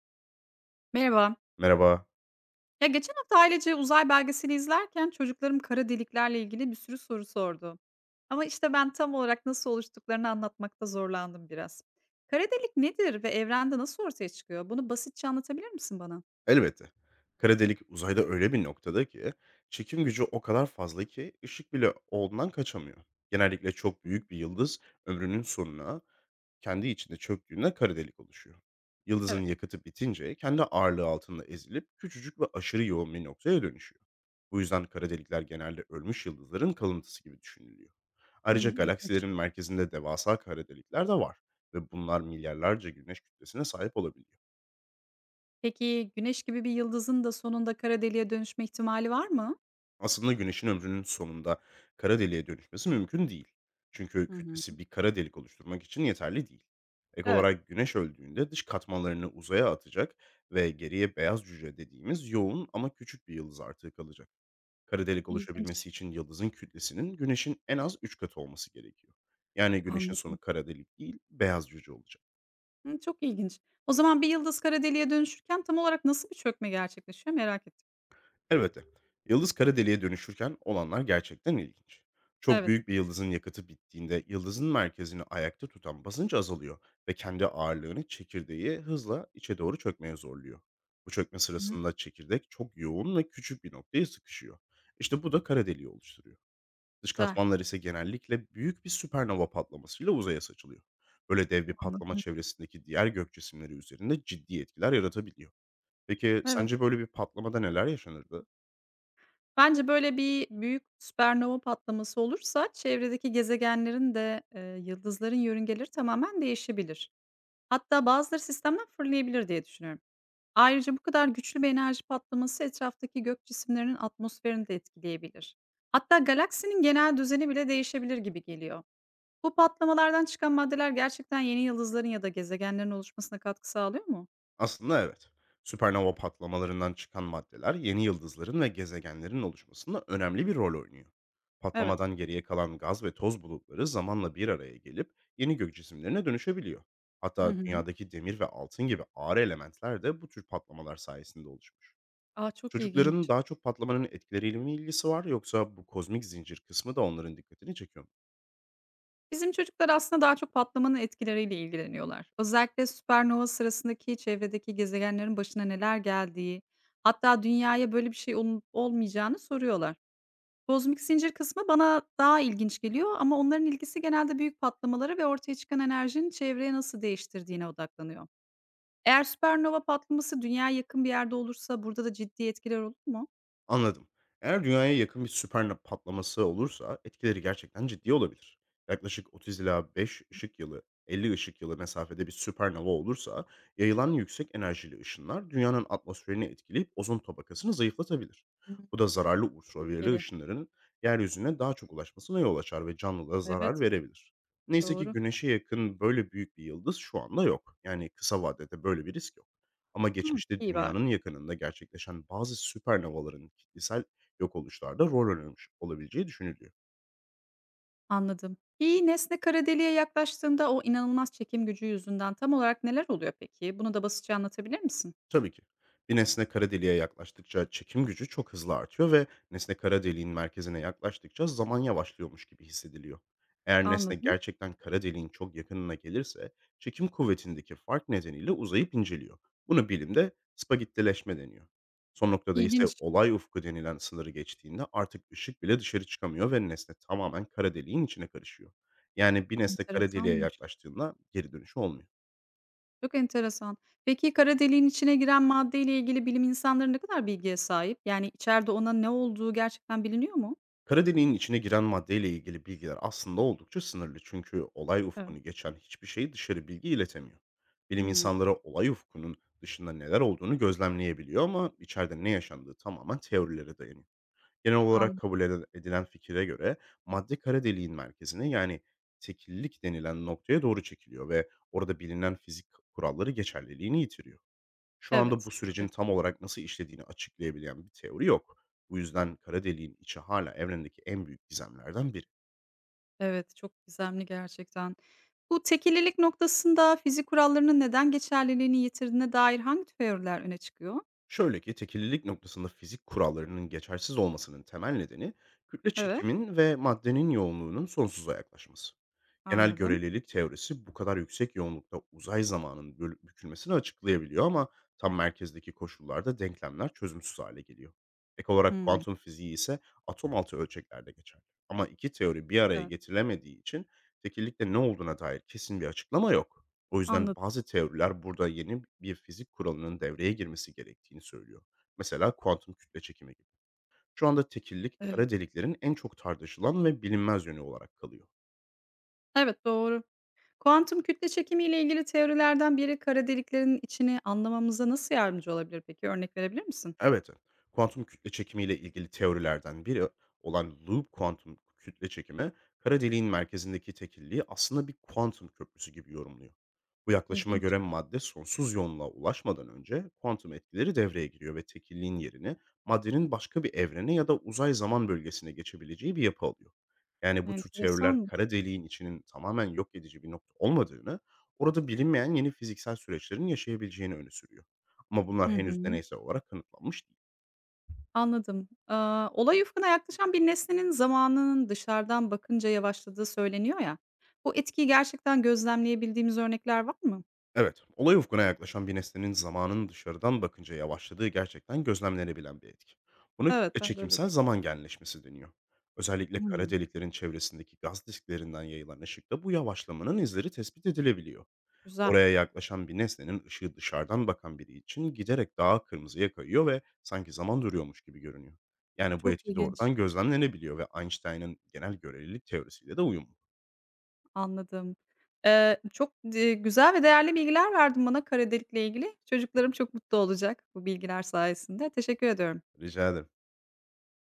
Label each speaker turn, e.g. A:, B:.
A: Merhaba.
B: Merhaba.
A: Ya geçen hafta ailece uzay belgeseli izlerken çocuklarım kara deliklerle ilgili bir sürü soru sordu. Ama işte ben tam olarak nasıl oluştuklarını anlatmakta zorlandım biraz. Kara delik nedir ve evrende nasıl ortaya çıkıyor? Bunu basitçe anlatabilir misin bana?
B: Elbette. Kara delik uzayda öyle bir noktada ki çekim gücü o kadar fazla ki ışık bile ondan kaçamıyor. Genellikle çok
A: Hı hı.
B: büyük bir yıldız ömrünün sonuna kendi içinde çöktüğünde kara delik oluşuyor. Yıldızın
A: Evet.
B: yakıtı bitince kendi ağırlığı altında ezilip küçücük ve aşırı yoğun bir noktaya dönüşüyor. Bu yüzden kara delikler genelde ölmüş yıldızların kalıntısı gibi düşünülüyor. Ayrıca
A: Hmm, ilginç.
B: galaksilerin merkezinde devasa kara delikler de var ve bunlar milyarlarca güneş kütlesine sahip olabiliyor.
A: Peki güneş gibi bir yıldızın da sonunda kara deliğe dönüşme ihtimali var mı?
B: Aslında Güneş'in ömrünün sonunda kara deliğe dönüşmesi mümkün değil. Çünkü
A: Hı hı.
B: kütlesi bir kara delik oluşturmak için yeterli değil. Ek
A: Evet.
B: olarak Güneş öldüğünde dış katmanlarını uzaya atacak ve geriye beyaz cüce dediğimiz yoğun ama küçük bir yıldız artığı kalacak. Kara delik
A: İlginç.
B: oluşabilmesi için yıldızın kütlesinin Güneş'in en az 3 katı olması gerekiyor. Yani Güneş'in
A: Anladım.
B: sonu kara delik değil, beyaz cüce olacak.
A: Hı, çok ilginç. O zaman bir yıldız kara deliğe dönüşürken tam olarak nasıl bir çökme gerçekleşiyor merak ettim.
B: Elbette. Yıldız kara deliğe dönüşürken olanlar gerçekten ilginç. Çok
A: Evet.
B: büyük bir yıldızın yakıtı bittiğinde yıldızın merkezini ayakta tutan basınç azalıyor ve kendi ağırlığını çekirdeği hızla içe doğru çökmeye zorluyor. Bu çökme
A: Hı hı.
B: sırasında çekirdek çok yoğun ve küçük bir noktaya sıkışıyor. İşte bu da kara deliği oluşturuyor. Dış
A: Güzel.
B: katmanlar ise genellikle büyük bir süpernova patlamasıyla uzaya saçılıyor. Böyle dev bir patlama
A: Anladım.
B: çevresindeki diğer gök cisimleri üzerinde ciddi etkiler yaratabiliyor. Peki
A: Evet.
B: sence böyle bir patlamada neler yaşanırdı?
A: Bence böyle bir büyük süpernova patlaması olursa çevredeki gezegenlerin de, yıldızların yörüngeleri tamamen değişebilir. Hatta bazıları sistemden fırlayabilir diye düşünüyorum. Ayrıca bu kadar güçlü bir enerji patlaması etraftaki gök cisimlerinin atmosferini de etkileyebilir. Hatta galaksinin genel düzeni bile değişebilir gibi geliyor. Bu patlamalardan çıkan maddeler gerçekten yeni yıldızların ya da gezegenlerin oluşmasına katkı sağlıyor mu?
B: Aslında evet. Süpernova patlamalarından çıkan maddeler yeni yıldızların ve gezegenlerin oluşmasında önemli bir rol oynuyor.
A: Evet.
B: Patlamadan geriye kalan gaz ve toz bulutları zamanla bir araya gelip yeni gök cisimlerine dönüşebiliyor.
A: Hı
B: Hatta
A: hı.
B: dünyadaki demir ve altın gibi ağır elementler de bu tür patlamalar sayesinde oluşmuş.
A: Ah, çok
B: Çocukların
A: ilginç.
B: daha çok patlamanın etkileriyle mi ilgisi var, yoksa bu kozmik zincir kısmı da onların dikkatini çekiyor mu?
A: Bizim çocuklar aslında daha çok patlamanın etkileriyle ilgileniyorlar. Özellikle süpernova sırasındaki çevredeki gezegenlerin başına neler geldiği, hatta dünyaya böyle bir şey olmayacağını soruyorlar. Kozmik zincir kısmı bana daha ilginç geliyor ama onların ilgisi genelde büyük patlamaları ve ortaya çıkan enerjinin çevreye nasıl değiştirdiğine odaklanıyor. Eğer süpernova patlaması dünyaya yakın bir yerde olursa burada da ciddi etkiler olur mu?
B: Anladım. Eğer dünyaya yakın bir süpernova patlaması olursa etkileri gerçekten ciddi olabilir. Yaklaşık 30 ila 5 ışık yılı, 50 ışık yılı mesafede bir süpernova olursa yayılan yüksek enerjili ışınlar dünyanın atmosferini etkileyip ozon tabakasını zayıflatabilir.
A: Hı,
B: Bu da zararlı ultraviyole
A: tehlikeli.
B: ışınların yeryüzüne daha çok ulaşmasına yol açar ve canlılara zarar
A: Evet,
B: verebilir. Neyse ki
A: doğru.
B: güneşe yakın böyle büyük bir yıldız şu anda yok. Yani kısa vadede böyle bir risk yok. Ama
A: Hı,
B: geçmişte
A: iyi bari.
B: dünyanın yakınında gerçekleşen bazı süpernovaların kitlesel yok oluşlarda rol oynamış olabileceği düşünülüyor.
A: Anladım. Bir nesne kara deliğe yaklaştığında o inanılmaz çekim gücü yüzünden tam olarak neler oluyor peki? Bunu da basitçe anlatabilir misin?
B: Tabii ki. Bir nesne kara deliğe yaklaştıkça çekim gücü çok hızlı artıyor ve nesne kara deliğin merkezine yaklaştıkça zaman yavaşlıyormuş gibi hissediliyor. Eğer nesne
A: Anladım.
B: gerçekten kara deliğin çok yakınına gelirse çekim kuvvetindeki fark nedeniyle uzayıp inceliyor. Bunu bilimde spagettileşme deniyor. Son noktada ise
A: İlginç.
B: olay ufku denilen sınırı geçtiğinde artık ışık bile dışarı çıkamıyor ve nesne tamamen kara deliğin içine karışıyor. Yani bir nesne kara deliğe
A: Enteresanmış.
B: yaklaştığında geri dönüşü olmuyor.
A: Çok enteresan. Peki kara deliğin içine giren maddeyle ilgili bilim insanları ne kadar bilgiye sahip? Yani içeride ona ne olduğu gerçekten biliniyor mu?
B: Kara deliğin içine giren maddeyle ilgili bilgiler aslında oldukça sınırlı, çünkü olay
A: Evet.
B: ufkunu geçen hiçbir şey dışarı bilgi iletemiyor. Bilim
A: Hımm,
B: insanları olay ufkunun dışında neler olduğunu gözlemleyebiliyor, ama içeride ne yaşandığı tamamen teorilere dayanıyor. Genel olarak
A: an
B: kabul edilen fikire göre madde kara deliğin merkezine, yani tekillik denilen noktaya doğru çekiliyor ve orada bilinen fizik kuralları geçerliliğini yitiriyor. Şu anda
A: evet,
B: bu sürecin
A: tabii.
B: tam olarak nasıl işlediğini açıklayabilen bir teori yok. Bu yüzden kara deliğin içi hala evrendeki en büyük gizemlerden biri.
A: Evet, çok gizemli gerçekten. Bu tekillilik noktasında fizik kurallarının neden geçerliliğini yitirdiğine dair hangi teoriler öne çıkıyor?
B: Şöyle ki, tekillilik noktasında fizik kurallarının geçersiz olmasının temel nedeni kütle
A: Evet,
B: çekimin ve maddenin yoğunluğunun sonsuza yaklaşması. Genel
A: anladım.
B: görelilik teorisi bu kadar yüksek yoğunlukta uzay zamanının bükülmesini açıklayabiliyor, ama tam merkezdeki koşullarda denklemler çözümsüz hale geliyor. Ek olarak
A: Hımm.
B: kuantum fiziği ise atom altı ölçeklerde geçer. Ama iki teori bir araya
A: Evet,
B: getirilemediği için tekillikte ne olduğuna dair kesin bir açıklama yok. O yüzden
A: anladım.
B: bazı teoriler burada yeni bir fizik kuralının devreye girmesi gerektiğini söylüyor. Mesela kuantum kütle çekimi gibi. Şu anda tekillik
A: Evet.
B: kara deliklerin en çok tartışılan ve bilinmez yönü olarak kalıyor.
A: Evet, doğru. Kuantum kütle çekimi ile ilgili teorilerden biri kara deliklerin içini anlamamıza nasıl yardımcı olabilir peki? Örnek verebilir misin?
B: Evet, evet. Kuantum kütle çekimiyle ilgili teorilerden biri olan loop kuantum kütle çekimi, kara deliğin merkezindeki tekilliği aslında bir kuantum köprüsü gibi yorumluyor. Bu yaklaşıma
A: İlginç,
B: göre madde sonsuz yoğunluğa ulaşmadan önce kuantum etkileri devreye giriyor ve tekilliğin yerini maddenin başka bir evrene ya da uzay zaman bölgesine geçebileceği bir yapı alıyor. Yani bu tür teoriler
A: enteresanmış.
B: kara deliğin içinin tamamen yok edici bir nokta olmadığını, orada bilinmeyen yeni fiziksel süreçlerin yaşayabileceğini öne sürüyor. Ama
A: Hı
B: bunlar henüz
A: hı.
B: deneysel olarak kanıtlanmış değil.
A: Anladım. Aaa, olay ufkuna yaklaşan bir nesnenin zamanının dışarıdan bakınca yavaşladığı söyleniyor ya. Bu etkiyi gerçekten gözlemleyebildiğimiz örnekler var mı?
B: Evet, olay ufkuna yaklaşan bir nesnenin zamanın dışarıdan bakınca yavaşladığı gerçekten gözlemlenebilen bir etki. Buna
A: Evet,
B: kütle
A: ben de öyle
B: çekimsel
A: duymuştum.
B: zaman genleşmesi deniyor. Özellikle kara
A: Hımm.
B: deliklerin çevresindeki gaz disklerinden yayılan ışıkta bu yavaşlamanın izleri tespit edilebiliyor.
A: Güzel,
B: Oraya yaklaşan bir nesnenin ışığı dışarıdan bakan biri için giderek daha kırmızıya kayıyor ve sanki zaman duruyormuş gibi görünüyor. Yani bu
A: çok
B: etki
A: ilginç.
B: doğrudan gözlemlenebiliyor ve Einstein'ın genel görelilik teorisiyle de uyumlu.
A: Anladım. Çok güzel ve değerli bilgiler verdin bana kara delikle ilgili. Çocuklarım çok mutlu olacak bu bilgiler sayesinde. Teşekkür ediyorum.
B: Rica ederim.